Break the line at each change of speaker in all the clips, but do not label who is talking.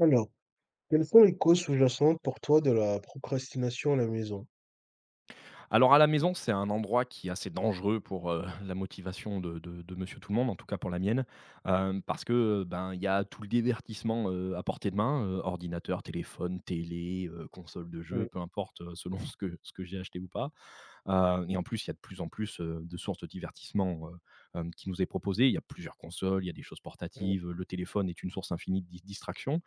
Alors, quelles sont les causes sous-jacentes pour toi de la procrastination à la maison?
Alors à la maison, c'est un endroit qui est assez dangereux pour, la motivation de monsieur tout le monde, en tout cas pour la mienne, parce que, il y a tout le divertissement, à portée de main, ordinateur, téléphone, télé, console de jeu,
Mmh,
peu importe, selon ce que j'ai acheté ou pas, et en plus, il y a de plus en plus, de sources de divertissement, qui nous est proposée. Il y a plusieurs consoles, il y a des choses
mmh.
portatives, le téléphone est une source infinie de di distraction.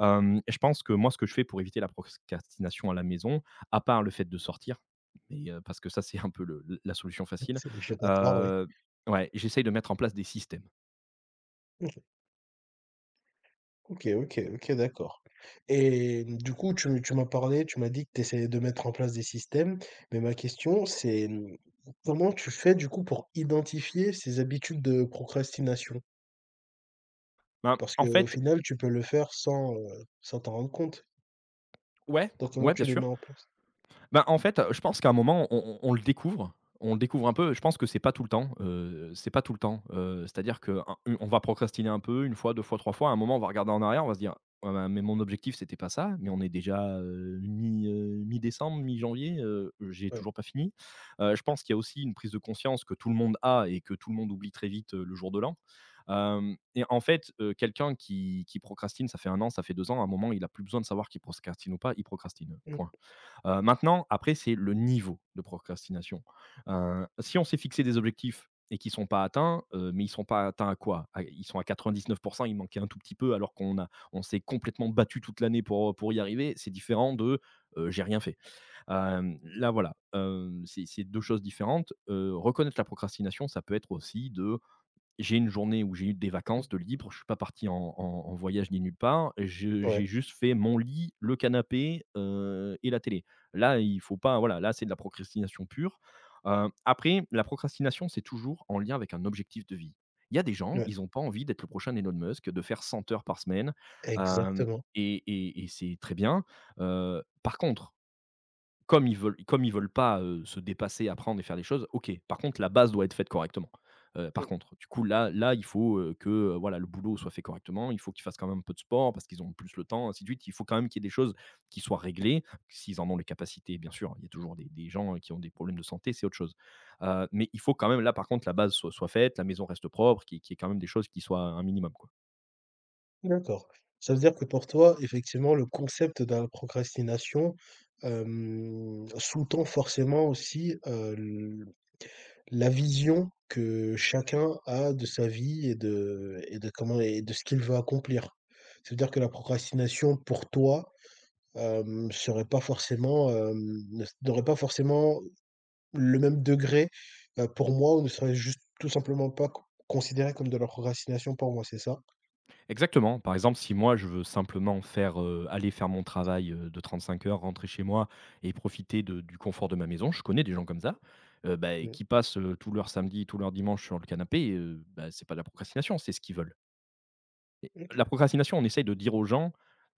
Hem Je pense que moi, ce que je fais pour éviter la procrastination à la maison, à part le fait de sortir, mais, parce que ça, c'est un peu la solution facile.
C'est échappatoire, oui.
Heu, ouais, j'essaye de mettre en place des systèmes.
OK, OK, OK, ok, d'accord et mmh, du coup, tu m'as parlé, tu m'as dit que tu essayais de mettre en place des systèmes, mais ma question, c'est, mmh, comment tu fais, du coup, pour identifier ces habitudes de procrastination?
Ben,
Parce
en
qu'au
fait
final, tu peux le faire sans, sans t'en rendre compte,
Ouais,
donc comment
ouais, bien
tu les mets
sûr.
en place?
Bah, en fait, je pense qu'à un moment, on le découvre. On le découvre un peu. Je pense que c'est pas tout le temps, c'est pas tout le temps. C'est-à-dire que u on va procrastiner un peu, une fois, 2 fois, 3 fois. À un moment, on va regarder en arrière, on va se dire: «Ouais, bah, mais mon objectif, c'était pas ça, mais on est déjà, mi, mi-décembre, mi-janvier, j'ai
Ouais.
toujours pas fini». Je pense qu'il y a aussi une prise de conscience que tout le monde a et que tout le monde oublie très vite, le jour de l'an. Hem Et en fait, quelqu'un qui procrastine, ça fait un an, ça fait 2 ans, à un moment, il a plus besoin de savoir qu'il procrastine ou pas, il procrastine.
Mmh
Point. Maintenant, après, c'est le niveau de procrastination. Si on s'est fixé des objectifs et qu'ils ne sont pas atteints, mais ils ne sont pas atteints à quoi? À ils sont à 99, il manquait un tout petit peu alors qu'on a on s'est complètement battu toute l'année pour y arriver, c'est différent de, j'ai rien fait. Là, voilà, c'est 2 choses différentes. Reconnaître la procrastination, ça peut être aussi de j'ai une journée où j'ai eu des
mh.
vacances de libre, je suis pas parti en voyage ni nulle part. Je
Ouais,
J'ai juste fait mon lit, le canapé, et la télé. Là, il faut pas, voilà, là, c'est de la procrastination pure. Après, la procrastination, c'est toujours en lien avec un objectif de vie. Il y a des gens,
ouais.
ils ont pas envie d'être le prochain Elon Musk, de faire 100 heures par semaine. Hem
Exactement.
Et c'est très bien. Par contre, comme ils veulent pas, se dépasser, apprendre et faire des choses, OK. Par contre, la base doit être faite correctement. Par
Mmh.
contre, du coup, là, il faut, que, voilà, le boulot soit fait correctement. Il faut qu'ils fassent quand même un peu de sport parce qu'ils ont plus le temps, ainsi de suite. Il faut quand même qu'il y ait des choses qui soient réglées, s'ils en ont les capacités, bien sûr. Il y a toujours des gens, qui ont des problèmes de santé, c'est autre chose. Mais il faut quand même, là, par contre, la base soit faite, la maison reste propre, qu'il y ait quand même des choses qui soient un minimum, quoi.
D'accord. Ça veut dire que pour toi, effectivement, le concept de la procrastination, hem, sous-tend forcément aussi, l la vision que chacun a de sa vie et de comment et de ce qu'il veut accomplir. Ça veut dire que la procrastination pour toi, hem, serait pas forcément, hem, ne n'aurait pas forcément le même degré, pour moi ou ne serait juste tout simplement pas co considérée comme de la procrastination pour moi, c'est ça?
Exactement. Par exemple, si moi je veux simplement faire, aller faire mon travail, de 35 heures, rentrer chez moi et profiter de du confort de ma maison, je connais des gens comme ça, bah,
Mmh.
qui passent, tout leur samedi, tout leur dimanche sur le canapé, bah, c'est pas de la procrastination, c'est ce qu'ils veulent. Et la procrastination, on essaye de dire aux gens,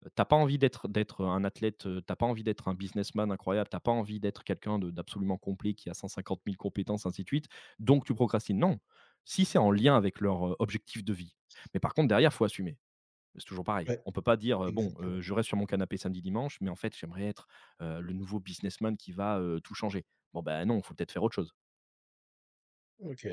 «Tu pas envie d'être un athlète, tu pas envie d'être un businessman incroyable, t'as pas envie d'être quelqu'un de d'absolument complet qui a 150 000 compétences, ainsi de suite, donc tu procrastines». Non, si c'est en lien avec leur, objectif de vie, mais par contre derrière, faut assumer. C'est toujours pareil.
Ouais,
On peut pas dire, «Bon,
exactement.
je reste sur mon canapé samedi, dimanche, mais en fait, j'aimerais être, le nouveau businessman qui va, tout changer». Bon, ben non, il faut peut-être faire autre chose.
OK,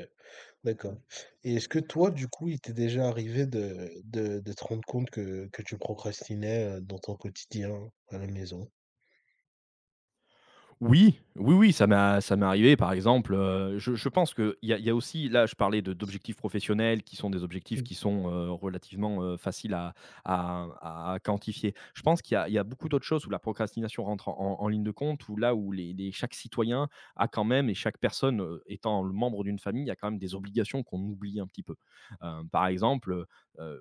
d'accord et est-ce que toi, du coup, il t'est déjà arrivé de te rendre compte que tu procrastinais, dans ton quotidien à la maison?
Oui, oui, oui, ça m'est arrivé. Par exemple, je pense qu'il y a aussi là, je parlais de d'objectifs professionnels qui sont des objectifs
Mmh,
qui sont, relativement, faciles à quantifier. Je pense qu'il y a beaucoup d'autres choses où la procrastination rentre en ligne de compte, où là où les chaque citoyen a quand même et chaque personne, étant le membre d'une famille, il y a quand même des obligations qu'on oublie un petit peu. Par exemple, heu,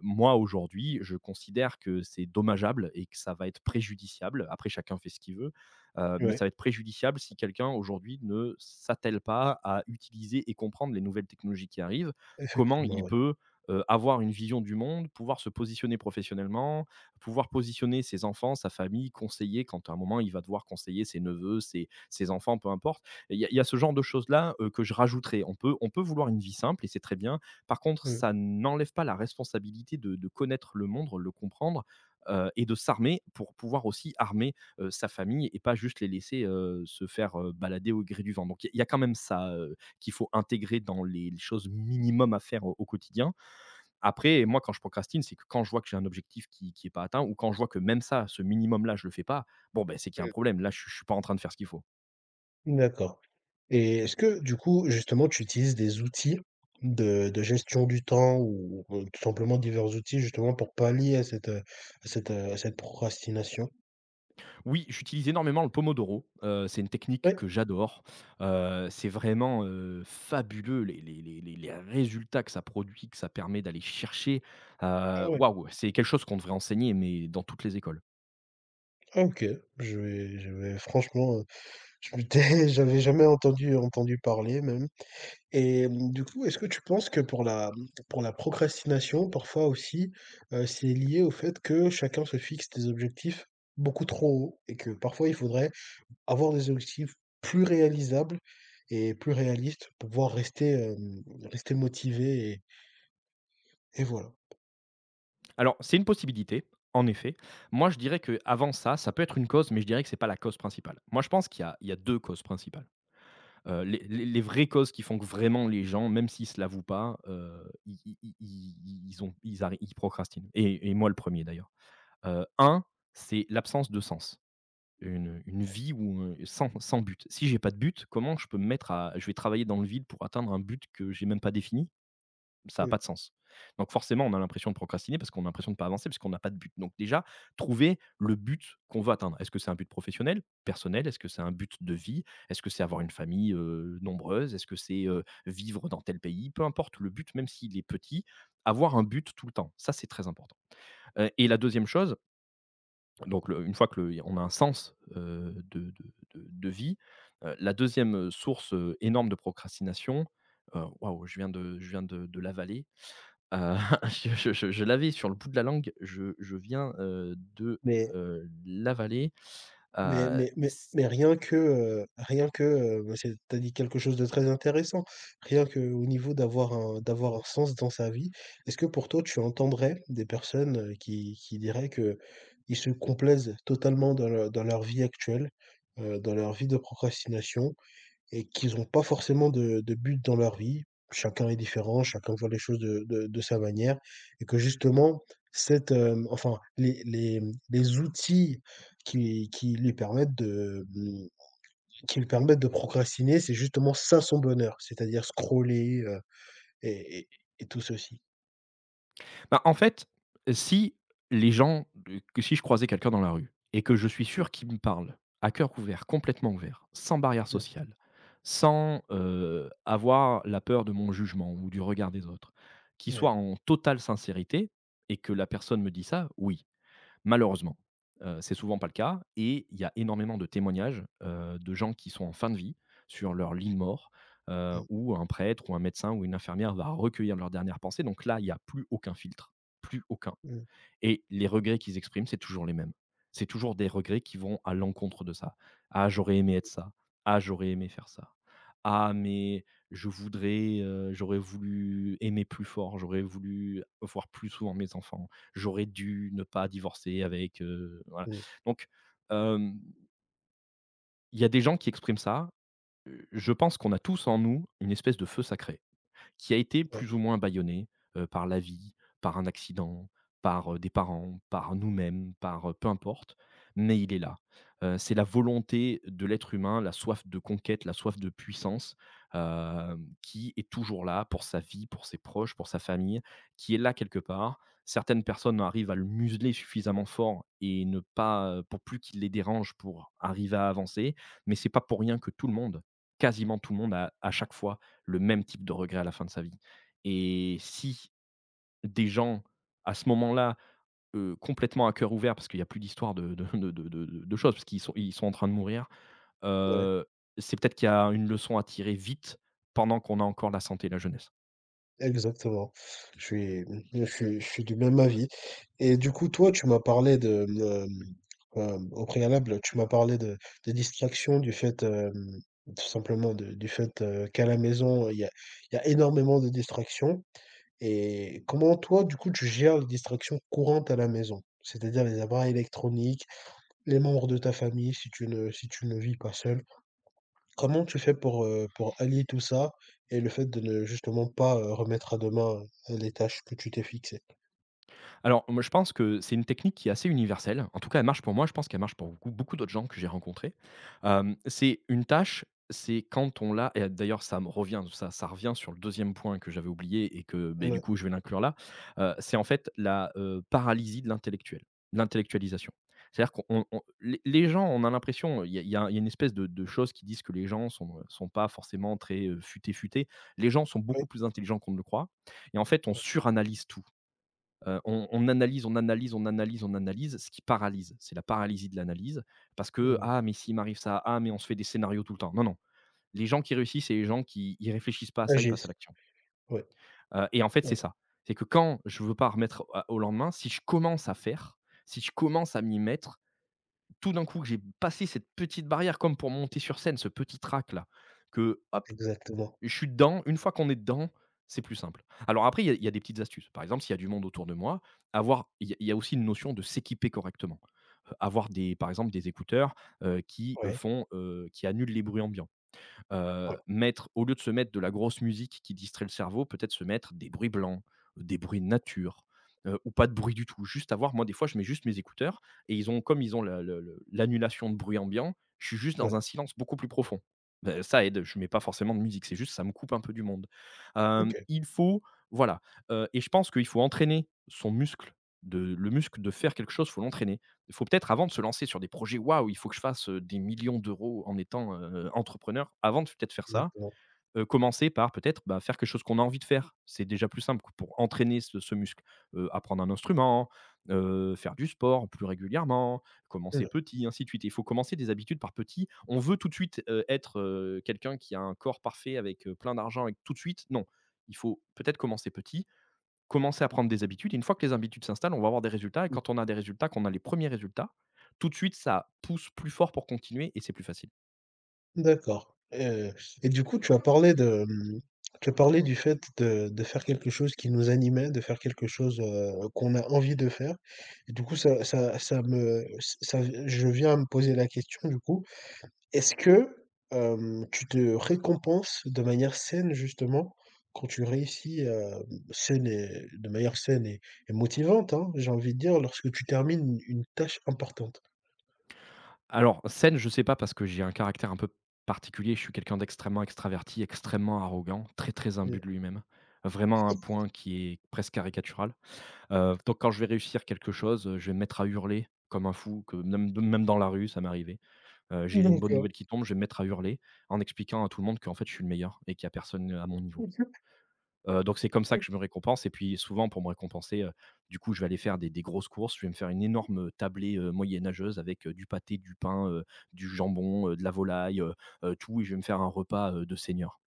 moi aujourd'hui, je considère que c'est dommageable et que ça va être préjudiciable, après chacun fait ce qu'il veut, mais
ouais,
ça va être préjudiciable si quelqu'un aujourd'hui ne s'attelle pas à utiliser et comprendre les nouvelles technologies qui arrivent, comment
effectivement,
il
ouais.
peut avoir une vision du monde, pouvoir se positionner professionnellement, pouvoir positionner ses enfants, sa famille, conseiller quand à un moment il va devoir conseiller ses neveux, ses, ses enfants, peu importe. Il y a ce genre de choses-là que je rajouterais. On peut vouloir une vie simple et c'est très bien. Par contre,
Mmh,
ça n'enlève pas la responsabilité de connaître le monde, le comprendre. Euh, et de s'armer pour pouvoir aussi armer sa famille et pas juste les laisser, se faire, balader au gré du vent. Donc il y a y a quand même ça, qu'il faut intégrer dans les choses minimum à faire au quotidien. Après, moi, quand je procrastine, c'est que quand je vois que j'ai un objectif qui n'est pas atteint ou quand je vois que même ça, ce minimum-là, je le fais pas, bon, ben c'est qu'il y a un
mmh,
problème. Là, je suis pas en train de faire ce qu'il faut.
d'accord et est-ce que, du coup, justement, tu utilises des outils de gestion du temps ou tout simplement divers outils, justement, pour pallier à cette, à cette, à cette procrastination?
Oui, j'utilise énormément le pomodoro, c'est une technique
Ouais,
que j'adore, c'est vraiment, fabuleux les résultats que ça produit, que ça permet d'aller chercher,
ah ouais,
waouh, c'est quelque chose qu'on devrait enseigner, mais dans toutes les écoles.
ah OK, je vais franchement, je m'étais j'avais jamais entendu parler même et mmh, du coup, est-ce que tu penses que pour la procrastination, parfois aussi, c'est lié au fait que chacun se fixe des objectifs beaucoup trop hauts et que parfois il faudrait avoir des objectifs plus réalisables et plus réalistes pour pouvoir rester, hem, rester motivé et voilà?
Alors, c'est une possibilité, en effet. Moi, je dirais que avant ça, ça peut être une cause, mais je dirais que c'est pas la cause principale. Moi, je pense qu'il y a 2 causes principales. Les vraies causes qui font que vraiment les gens, même s'ils se l'avouent pas, ils ils ils ils ils ont ils arri ils procrastinent et moi le premier d'ailleurs. 1, c'est l'absence de sens. Une vie où, sans but. Si j'ai pas de but, comment je peux me mettre à je vais travailler dans le vide pour atteindre un but que j'ai même pas défini? Ça a
Heu,
pas de sens. Donc forcément, on a l'impression de procrastiner parce qu'on a l'impression de ne pas avancer parce qu'on n'a pas de but. Donc déjà, trouver le but qu'on veut atteindre. Est-ce que c'est un but professionnel, personnel? Est-ce que c'est un but de vie? Est-ce que c'est avoir une famille, nombreuse? Est-ce que c'est, vivre dans tel pays? Peu importe le but, même s'il est petit, avoir un but tout le temps, ça, c'est très important. Et la deuxième chose donc le une fois que on a un sens, de vie, la deuxième source, énorme de procrastination, waouh, je viens de l'avaler, heu, je l'avais sur le bout de la langue, je viens, de,
mais
l'avaler,
mais
heu.
rien que, rien que, bah, c'est tu dit quelque chose de très intéressant. Rien que au niveau d'avoir un sens dans sa vie, est-ce que pour toi tu entendrais des personnes, qui diraient que ils se complaisent totalement dans leur vie actuelle, dans leur vie de procrastination? Et qu'ils n'ont pas forcément de but dans leur vie. Chacun est différent, chacun voit les choses de sa manière et que justement cette, hem, enfin les mmh, les outils qui lui permettent de, mmh, qui lui permettent de procrastiner, c'est justement ça son bonheur, c'est-à-dire scroller, et et tout ceci.
Bah, en fait, si les gens de que si je croisais quelqu'un dans la rue et que je suis sûr qu'il me parle à cœur ouvert, complètement ouvert, sans barrière
Mmh.
sociale, sans, avoir la peur de mon jugement ou du regard des autres, qu'il
Ouais.
soit en totale sincérité et que la personne me dit ça, oui. Malheureusement, c'est souvent pas le cas et il y a énormément de témoignages, de gens qui sont en fin de vie sur leur lit de mort,
Mmh.
où un prêtre ou un médecin ou une infirmière va recueillir leurs dernières pensées donc là, il y a plus aucun filtre, plus aucun.
Mmh.
Et les regrets qu'ils expriment, c'est toujours les mêmes. C'est toujours des regrets qui vont à l'encontre de ça. «Ah, j'aurais aimé être ça. Ah, j'aurais aimé faire ça. Ah, mais je voudrais, j'aurais voulu aimer plus fort, j'aurais voulu voir plus souvent mes enfants, j'aurais dû ne pas divorcer avec», voilà.
Mmh.
Donc, hem, il y a des gens qui expriment ça. Je pense qu'on a tous en nous une espèce de feu sacré qui a été
Ouais.
plus ou moins bâillonné, par la vie, par un accident, par, des parents, par nous-mêmes, par, peu importe, mais il est là. C'est la volonté de l'être humain, la soif de conquête, la soif de puissance, qui est toujours là pour sa vie, pour ses proches, pour sa famille, qui est là quelque part. Certaines personnes arrivent à le museler suffisamment fort et ne pas, pour plus qu'il les dérange pour arriver à avancer, mais c'est pas pour rien que tout le monde, quasiment tout le monde à chaque fois le même type de regret à la fin de sa vie et si des gens, à ce moment-là, complètement à cœur ouvert, parce qu'il y a plus d'histoire de choses, parce qu'ils sont en train de mourir,
Ouais.
heu, c'est peut-être qu'il y a une leçon à tirer vite pendant qu'on a encore la santé et la jeunesse.
Exactement. Je suis je suis du même avis et du coup, toi, tu m'as parlé de, hem, hem, au préalable, tu m'as parlé de des distractions, du fait, hem, tout simplement de du fait, qu'à la maison, il y a énormément de distractions et comment toi, du coup, tu gères les distractions courantes à la maison? C'est-à-dire les appareils électroniques, les membres de ta famille si tu ne si tu ne vis pas seul. Comment tu fais pour allier tout ça et le fait de ne justement pas, remettre à demain, les tâches que tu t'es fixées?
Alors, moi, je pense que c'est une technique qui est assez universelle. En tout cas, elle marche pour moi. Je pense qu'elle marche pour beaucoup, beaucoup d'autres gens que j'ai rencontrés. C'est une tâche, c'est quand on l'a et d'ailleurs, ça me revient, ça revient sur le deuxième point que j'avais oublié et que, beh, du
Mouais,
coup, je vais l'inclure là. C'est en fait la, paralysie de l'intellectuel, de l'intellectualisation. C'est-à-dire qu'on on les gens, on a l'impression, il y a une espèce de chose qui disent que les gens sont, sont pas forcément très, futés, futés. Les gens sont
oui,
beaucoup plus intelligents qu'on ne le croit et en fait, on suranalyse tout. On analyse, on analyse, on analyse, on analyse, ce qui paralyse. C'est la paralysie de l'analyse parce
oui,
que:
mmh,
«Ah mais s'il m'arrive ça, ah mais on se fait des scénarios tout le temps». Non, non, les gens qui réussissent, c'est les gens qui ils réfléchissent pas à ça, ils passent
agissent,
à l'action.
ouais,
Et en fait, c'est
voilà,
ça. C'est que quand je veux pas remettre à au lendemain, si je commence à faire, si je commence à m'y mettre, tout d'un coup que j'ai passé cette petite barrière comme pour monter sur scène, ce petit trac là que hop
exactement,
je suis dedans, une fois qu'on est dedans, c'est plus simple. Alors après, il y a des petites astuces. Par exemple, s'il y a du monde autour de moi, avoir il y a aussi une notion de s'équiper correctement. Avoir des par exemple, des écouteurs, qui,
ouais,
font, qui annulent les bruits ambiants.
ouais,
Mettre au lieu de se mettre de la grosse musique qui distrait le cerveau, peut-être se mettre des bruits blancs, des bruits de nature, ou pas de bruit du tout. Juste avoir moi des fois je mets juste mes écouteurs et ils ont comme ils ont le l'annulation de bruit ambiant, je suis juste
ouais,
dans un silence beaucoup plus profond. Bah, ça aide, je mets pas forcément de musique, c'est juste ça me coupe un peu du monde.
OK,
Il faut voilà, et je pense qu'il faut entraîner son muscle de le muscle de faire quelque chose, faut l'entraîner. Il faut peut-être avant de se lancer sur des projets, waouh, il faut que je fasse des millions d'euros en étant, entrepreneur. Avant de peut-être faire ça,
exactement,
commencer par peut-être, bah, faire quelque chose qu'on a envie de faire. C'est déjà plus simple pour entraîner ce muscle. Apprendre un instrument, faire du sport plus régulièrement, commencer
ouais.
petit, ainsi de suite. Il faut commencer des habitudes par petit. On veut tout de suite, être, quelqu'un qui a un corps parfait avec, plein d'argent avec tout de suite, non. Il faut peut-être commencer petit. Commencer à prendre des habitudes et une fois que les habitudes s'installent, on va avoir des résultats et quand on a des résultats, qu'on a les premiers résultats, tout de suite, ça pousse plus fort pour continuer et c'est plus facile.
D'accord, et du coup, tu as parlé de, mmh, tu as parlé du fait de faire quelque chose qui nous animait, de faire quelque chose, qu'on a envie de faire et du coup, ça je viens à me poser la question, du coup, est-ce que, hem, tu te récompenses de manière saine, justement, quand tu réussis, hem, saine et de manière saine et motivante, hein, j'ai envie de dire, lorsque tu termines une tâche importante?
Alors scène, je sais pas parce que j'ai un caractère un peu particulier, je suis quelqu'un d'extrêmement extraverti, extrêmement arrogant, très, très imbu de lui-même, vraiment à un point qui est presque caricatural. Donc quand je vais réussir quelque chose, je vais me mettre à hurler comme un fou, que même dans la rue, ça m'est arrivé. J'ai
Mmh,
une bonne
d'accord.
nouvelle qui tombe, je vais me mettre à hurler en expliquant à tout le monde qu'en fait, je suis le meilleur et qu'il n'y a personne, à mon niveau. Donc c'est comme ça que je me récompense et puis souvent pour me récompenser, du coup, je vais aller faire des grosses courses. Je vais me faire une énorme, tablée, moyenâgeuse avec, du pâté, du pain, du jambon, de la volaille, tout et je vais me faire un repas, de seigneur.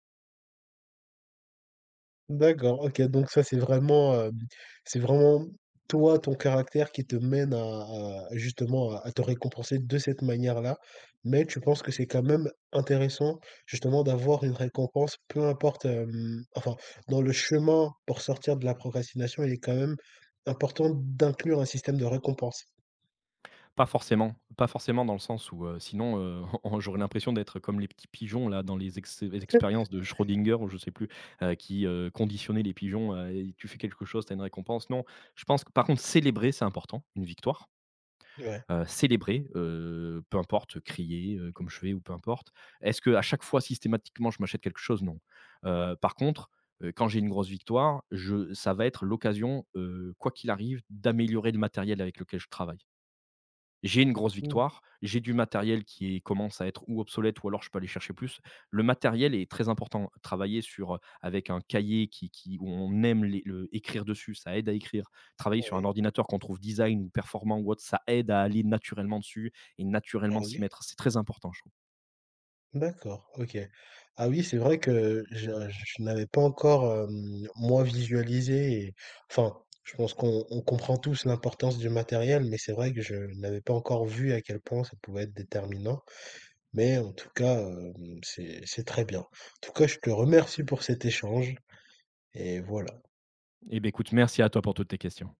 D'accord, OK, donc ça, c'est vraiment, hem, c'est vraiment toi, ton caractère qui te mène à justement à te récompenser de cette manière-là. Mais tu penses que c'est quand même intéressant justement d'avoir une récompense, peu importe, hem, enfin, dans le chemin pour sortir de la procrastination, il est quand même important d'inclure un système de récompense?
Pas forcément, pas forcément dans le sens où, sinon, on j'aurais l'impression d'être comme les petits pigeons là dans les expériences de Schrödinger ou je sais plus, qui, conditionnait les pigeons, et tu fais quelque chose, tu as une récompense. Non, je pense que par contre célébrer c'est important, une victoire,
Ouais.
célébrer, peu importe, crier, comme je fais ou peu importe. Est-ce que à chaque fois systématiquement je m'achète quelque chose? Non. Par contre, quand j'ai une grosse victoire, je ça va être l'occasion, quoi qu'il arrive, d'améliorer le matériel avec lequel je travaille. J'ai une grosse
Mmh.
victoire, j'ai du matériel qui commence à être ou obsolète ou alors je peux aller chercher plus. Le matériel est très important. Travailler sur, avec un cahier qui où on aime les le écrire dessus, ça aide à écrire. Travailler sur
Oui.
un ordinateur qu'on trouve design ou performant ou autre, ça aide à aller naturellement dessus et
Ah
naturellement s'y
oui.
mettre. C'est très important, je trouve.
D'accord, OK. Ah oui, c'est vrai que je n'avais pas encore, hem, moi, visualisé et enfin, je pense qu'on on comprend tous l'importance du matériel, mais c'est vrai que je n'avais pas encore vu à quel point ça pouvait être déterminant. Mais en tout cas, hem, c'est très bien. En tout cas, je te remercie pour cet échange et voilà.
Eh beh, écoute, merci à toi pour toutes tes questions.